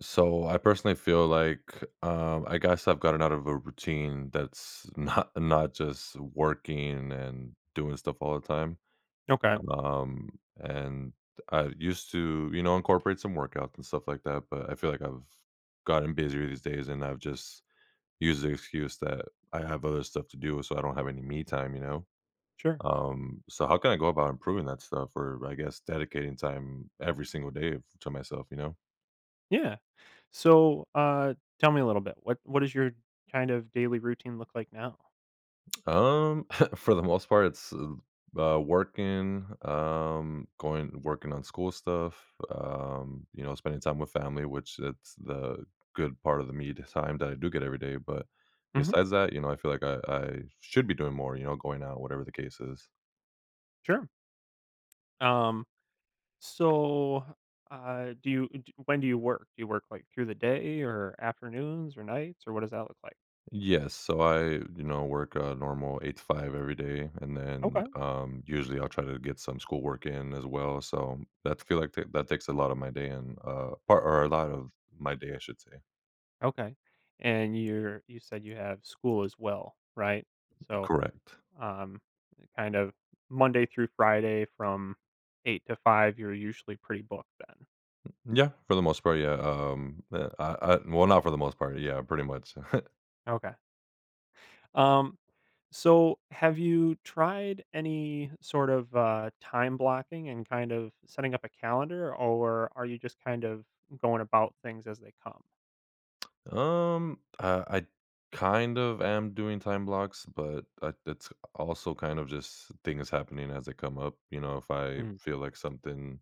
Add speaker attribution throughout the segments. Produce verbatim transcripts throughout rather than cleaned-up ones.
Speaker 1: So I personally feel like um, I guess I've gotten out of a routine that's not not just working and doing stuff all the time.
Speaker 2: Okay,
Speaker 1: Um, and I used to, you know, incorporate some workouts and stuff like that. But I feel like I've gotten busier these days, and I've just used the excuse that I have other stuff to do, so I don't have any me time. You know.
Speaker 2: sure.
Speaker 1: Um, so how can I go about improving that stuff, or I guess dedicating time every single day to myself? You know.
Speaker 2: Yeah. So, uh, tell me a little bit. What what does your kind of daily routine look like now?
Speaker 1: Um, for the most part, it's uh, uh, working, um, going working on school stuff, um, you know, spending time with family, which it's the good part of the me time that I do get every day. But
Speaker 2: Hmm.
Speaker 1: besides that, you know, I feel like I, I should be doing more, you know, going out, whatever the case is.
Speaker 2: Sure. Um, so, uh, do you d- when do you work? Do you work like through the day or afternoons or nights? Or what does that look like?
Speaker 1: Yes, so I, you know, work a normal eight to five every day, and then
Speaker 2: Okay.
Speaker 1: um, usually I'll try to get some school work in as well. So that feel like ta- that takes a lot of my day, and uh, part or a lot of my day, I should say.
Speaker 2: Okay. And you're you said you have school as well, right? So,
Speaker 1: Correct.
Speaker 2: um, kind of Monday through Friday from eight to five, you're usually pretty booked then.
Speaker 1: Yeah, for the most part, yeah. Um, uh, I, I well, not for the most part, yeah, pretty much.
Speaker 2: Okay. Um, So, have you tried any sort of uh, time blocking and kind of setting up a calendar, or are you just kind of going about things as they come?
Speaker 1: um, I, I kind of am doing time blocks, but I, it's also kind of just things happening as they come up. You know, if I
Speaker 2: Mm.
Speaker 1: feel like something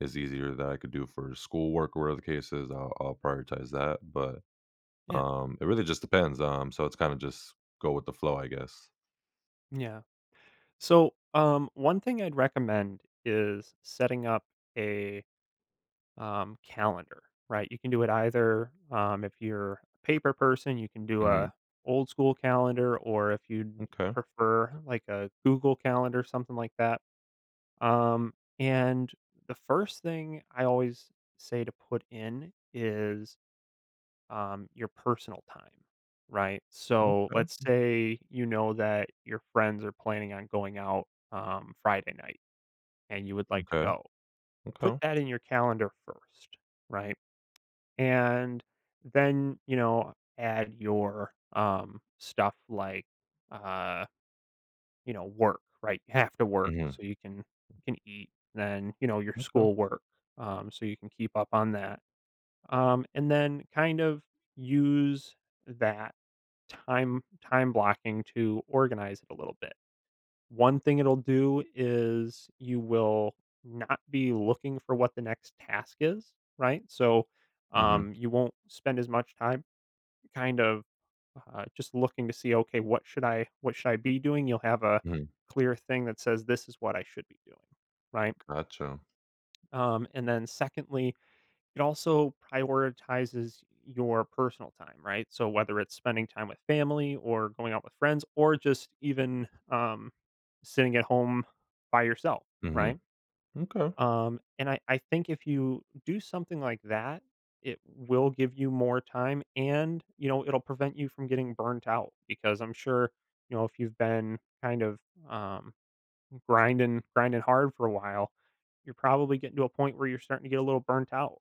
Speaker 1: is easier that I could do for schoolwork or whatever the case is, I'll, I'll prioritize that. But
Speaker 2: Yeah.
Speaker 1: um, it really just depends. Um, so it's kind of just go with the flow, I guess.
Speaker 2: Yeah. So, um, one thing I'd recommend is setting up a um, calendar. Right. You can do it either, um, if you're a paper person, you can do
Speaker 1: Mm-hmm.
Speaker 2: a old school calendar, or if you would
Speaker 1: Okay.
Speaker 2: prefer like a Google calendar, something like that. Um, and the first thing I always say to put in is um, your personal time, right? So let's
Speaker 1: Okay.
Speaker 2: say you know that your friends are planning on going out um, Friday night and you would like to
Speaker 1: Okay.
Speaker 2: go. Put
Speaker 1: Okay.
Speaker 2: that in your calendar first, right? And then, you know, add your um, stuff like, uh you know, work, right? You have to work
Speaker 1: Mm-hmm.
Speaker 2: so you can you can eat, then, you know, your
Speaker 1: Okay.
Speaker 2: school work, um, so you can keep up on that. Um, and then kind of use that time time blocking to organize it a little bit. One thing it'll do is you will not be looking for what the next task is, right? So
Speaker 1: Mm-hmm.
Speaker 2: um, you won't spend as much time kind of uh, just looking to see, okay, what should I what should I be doing? You'll have a
Speaker 1: Mm-hmm.
Speaker 2: clear thing that says this is what I should be doing, right?
Speaker 1: Gotcha.
Speaker 2: Um, and then secondly, it also prioritizes your personal time, right? So whether it's spending time with family or going out with friends, or just even um, sitting at home by yourself,
Speaker 1: Mhm.
Speaker 2: right?
Speaker 1: Okay.
Speaker 2: Um, and I, I think if you do something like that, it will give you more time, and, you know, it'll prevent you from getting burnt out, because I'm sure, you know, if you've been kind of um, grinding, grinding hard for a while, you're probably getting to a point where you're starting to get a little burnt out.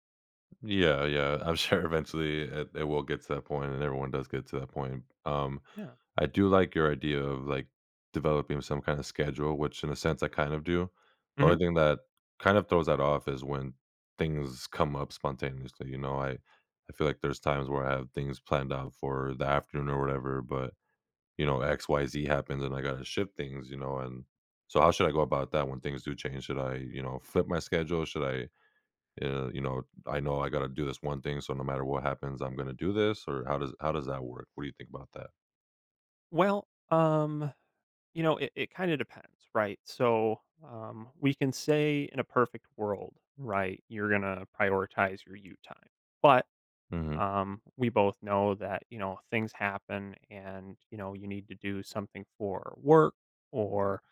Speaker 1: Yeah, yeah. I'm sure eventually it, it will get to that point, and everyone does get to that point. Um,
Speaker 2: Yeah.
Speaker 1: I do like your idea of like developing some kind of schedule, which in a sense I kind of do. The
Speaker 2: Hmm.
Speaker 1: only thing that kind of throws that off is when things come up spontaneously. You know, I I feel like there's times where I have things planned out for the afternoon or whatever, but you know, X Y Z happens, and I gotta shift things. You know, and so how should I go about that when things do change? Should I, you know, flip my schedule? Should I Uh, you know, I know I got to do this one thing, so no matter what happens, I'm going to do this. Or how does how does that work? What do you think about that?
Speaker 2: Well, um, you know, it, it kind of depends, right? So um, we can say, in a perfect world, right, you're going to prioritize your you time. But
Speaker 1: hmm
Speaker 2: um, we both know that, you know, things happen, and, you know, you need to do something for work, or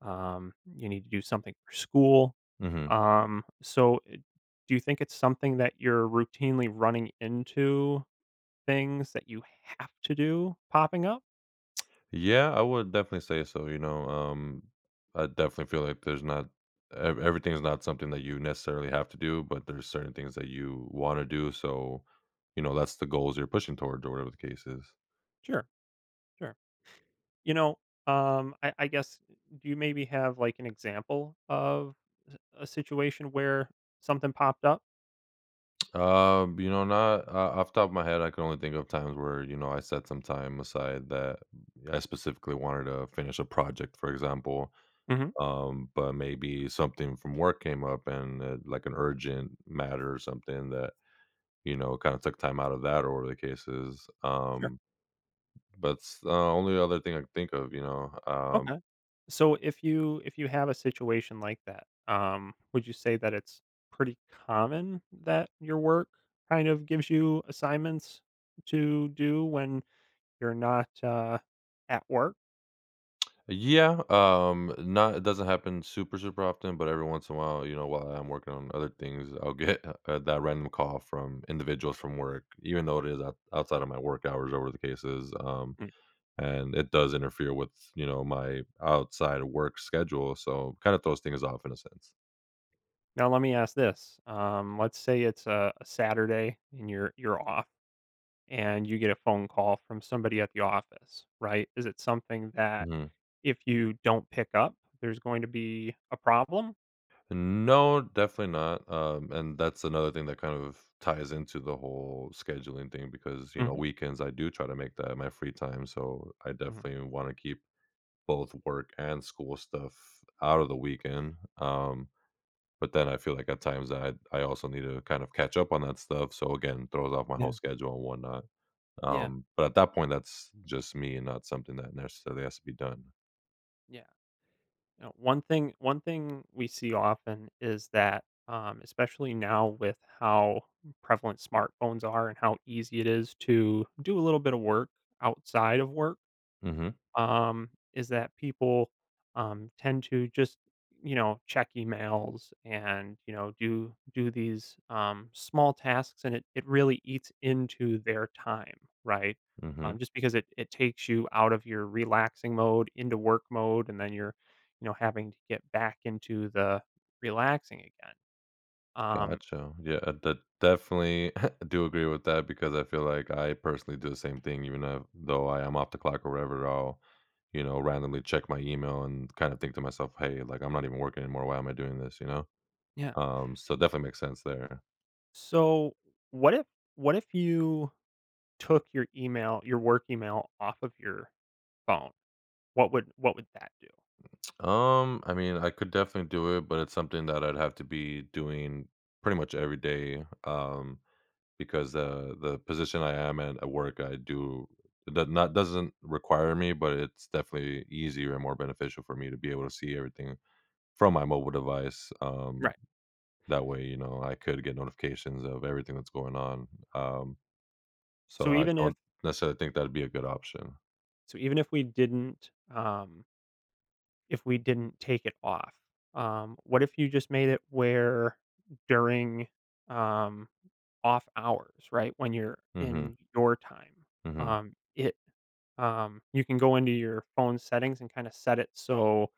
Speaker 2: um, you need to do something for school,
Speaker 1: hmm
Speaker 2: um, so uh, do you think it's something that you're routinely running into, things that you have to do popping up?
Speaker 1: Yeah, I would definitely say so. You know, um, I definitely feel like there's not ev- everything's not something that you necessarily have to do, but there's certain things that you want to do. So, you know, that's the goals you're pushing towards, or whatever the case is.
Speaker 2: Sure. Sure. You know, um, I, I guess, do you maybe have like an example of s- a situation where something popped up?
Speaker 1: Um, you know, not uh, off the top of my head, I can only think of times where you know I set some time aside that I specifically wanted to finish a project, for example.
Speaker 2: Hmm.
Speaker 1: Um, but maybe something from work came up and, uh, like, an urgent matter or something that, you know, kinda took time out of that or whatever the case is.
Speaker 2: Sure.
Speaker 1: Um, that's the only other thing I can think of, you know? Um
Speaker 2: Okay. So if you if you have a situation like that, um, would you say that it's pretty common that your work kind of gives you assignments to do when you're not uh, at work?
Speaker 1: Yeah, um, not it doesn't happen super, super often, but every once in a while, you know, while I'm working on other things, I'll get, uh, that random call from individuals from work, even though it is out outside of my work hours or whatever the case is, um
Speaker 2: Mm.
Speaker 1: and it does interfere with, you know, my outside work schedule, so kind of throws things off in a sense.
Speaker 2: Now let me ask this: um, let's say it's a, a Saturday and you're you're off, and you get a phone call from somebody at the office. Right? Is it something that
Speaker 1: Mhm.
Speaker 2: if you don't pick up, there's going to be a problem?
Speaker 1: No, definitely not, um, and that's another thing that kind of ties into the whole scheduling thing because, you know,
Speaker 2: Hmm.
Speaker 1: weekends, I do try to make that my free time, so I
Speaker 2: Hmm.
Speaker 1: definitely wanna keep both work and school stuff out of the weekend, um, but then I feel like at times I I also need to kind of catch up on that stuff, so again, throws off my whole
Speaker 2: Yeah.
Speaker 1: schedule and whatnot.
Speaker 2: Yeah.
Speaker 1: Um, but at that point, that's just me and not something that necessarily has to be done.
Speaker 2: Yeah. You know, one thing one thing we see often is that, um, especially now with how prevalent smartphones are and how easy it is to do a little bit of work outside of work,
Speaker 1: Mhm,
Speaker 2: um, is that people um, tend to just, you know, check emails and, you know, do do these um, small tasks, and it, it really eats into their time, right?
Speaker 1: mhm.
Speaker 2: Um, just because it, it takes you out of your relaxing mode into work mode, and then you're, you know, having to get back into the relaxing again. um,
Speaker 1: Gotcha. Yeah, I that definitely do agree with that because I feel like I personally do the same thing, even though though I am off the clock or whatever. I'll, you know, randomly check my email and kind of think to myself, "Hey, like I'm not even working anymore. Why am I doing this?" You know.
Speaker 2: yeah.
Speaker 1: Um, so it definitely makes sense there.
Speaker 2: So what if what if you took your email, your work email, off of your phone, what would what would that do?
Speaker 1: Um, I mean, I could definitely do it, but it's something that I'd have to be doing pretty much every day. Um, Because the the position I am in at work, I do that, not doesn't require me, but it's definitely easier and more beneficial for me to be able to see everything from my mobile device. Um,
Speaker 2: Right.
Speaker 1: that way, you know, I could get notifications of everything that's going on. Um, so
Speaker 2: So
Speaker 1: I
Speaker 2: even if
Speaker 1: don't necessarily think that'd be a good option.
Speaker 2: so even if we didn't, um if we didn't take it off, um what if you just made it where during um off hours, right? When you're
Speaker 1: Mhm.
Speaker 2: in your time,
Speaker 1: Mhm.
Speaker 2: um it um you can go into your phone settings and kind of set it so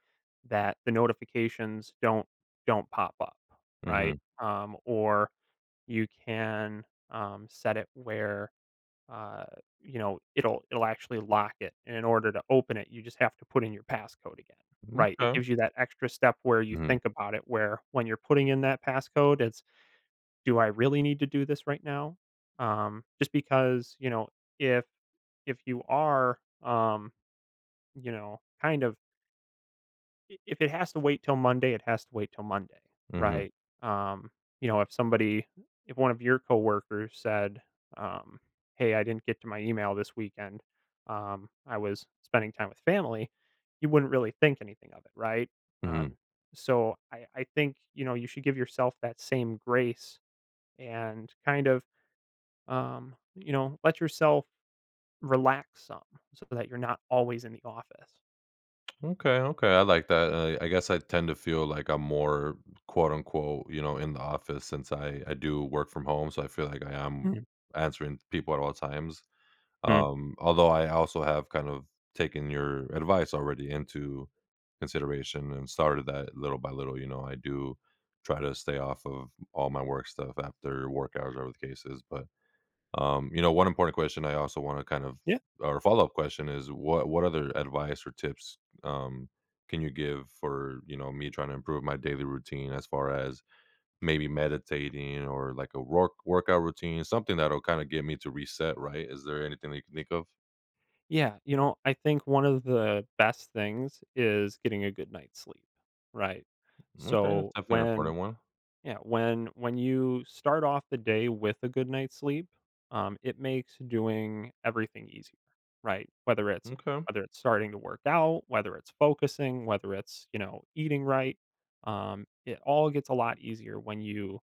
Speaker 2: that the notifications don't don't pop up, right?
Speaker 1: Mhm.
Speaker 2: Um or you can, um set it where uh, you know, it'll it'll actually lock it, and in order to open it, you just have to put in your passcode again. Right, it
Speaker 1: M'kay.
Speaker 2: gives you that extra step where you
Speaker 1: Mhm.
Speaker 2: think about it, where when you're putting in that passcode, it's, "Do I really need to do this right now?" Um, just because, you know, if if you are, um, you know, kind of, I if it has to wait till Monday, it has to wait till Monday,
Speaker 1: Mhm.
Speaker 2: right? Um, you know, if somebody, if one of your coworkers said, um, "Hey, I didn't get to my email this weekend. Um, I was spending time with family," you wouldn't really think anything of it, right?
Speaker 1: Mhm.
Speaker 2: Um, so I I think, you know, you should give yourself that same grace and kind of, um, you know, let yourself relax some, so that you're not always in the office.
Speaker 1: Okay, okay, I like that. Uh, I guess I tend to feel like I'm more quote unquote, you know, in the office since I I do work from home, so I feel like I am
Speaker 2: Mhm.
Speaker 1: answering people at all times.
Speaker 2: Mm.
Speaker 1: Um, although I also have kind of taken your advice already into consideration and started that little by little. You know, I do try to stay off of all my work stuff after work hours, whatever the case is, but. Um, you know, one important question I also want to kind of
Speaker 2: Yeah.
Speaker 1: or follow-up question is what what other advice or tips um can you give for, you know, me trying to improve my daily routine as far as maybe meditating or like a work workout routine, something that'll kind of get me to reset, right? Is there anything that you can think of?
Speaker 2: Yeah, you know, I think one of the best things is getting a good night's sleep, right?
Speaker 1: Okay,
Speaker 2: So
Speaker 1: that's definitely an
Speaker 2: when
Speaker 1: important one.
Speaker 2: yeah, when when you start off the day with a good night's sleep, um, it makes doing everything easier, right? Whether it's
Speaker 1: Okay,
Speaker 2: whether it's starting to work out, whether it's focusing, whether it's, you know, eating right, um, it all gets a lot easier when you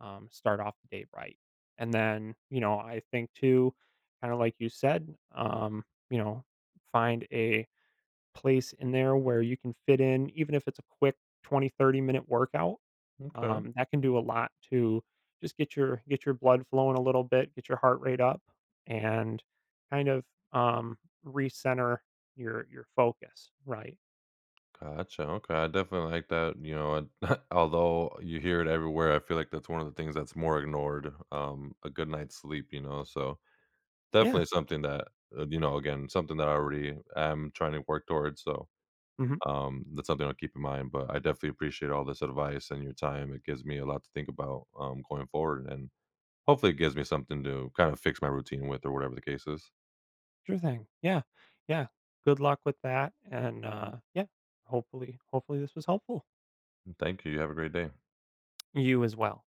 Speaker 2: um, start off the day right. And then, you know, I think too, kind of like you said, um, you know, find a place in there where you can fit in, even if it's a quick twenty, thirty minute workout.
Speaker 1: okay.
Speaker 2: Um, that can do a lot to just get your get your blood flowing a little bit, get your heart rate up, and kind of um, recenter your your focus. Right?
Speaker 1: Gotcha. Okay, I definitely like that. You know, and although you hear it everywhere, I feel like that's one of the things that's more ignored. Um, a good night's sleep, you know. So
Speaker 2: Yeah.
Speaker 1: definitely something that, uh, you know, again, something that I already am trying to work towards, so,
Speaker 2: Mhm.
Speaker 1: um, that's something I'll keep in mind, but I definitely appreciate all this advice and your time. It gives me a lot to think about, um, going forward, and hopefully it gives me something to kind of fix my routine with or whatever the case is.
Speaker 2: Sure thing. Yeah. Yeah. Good luck with that. And uh, yeah, hopefully, hopefully this was helpful.
Speaker 1: Thank you. You have a great day.
Speaker 2: You as well.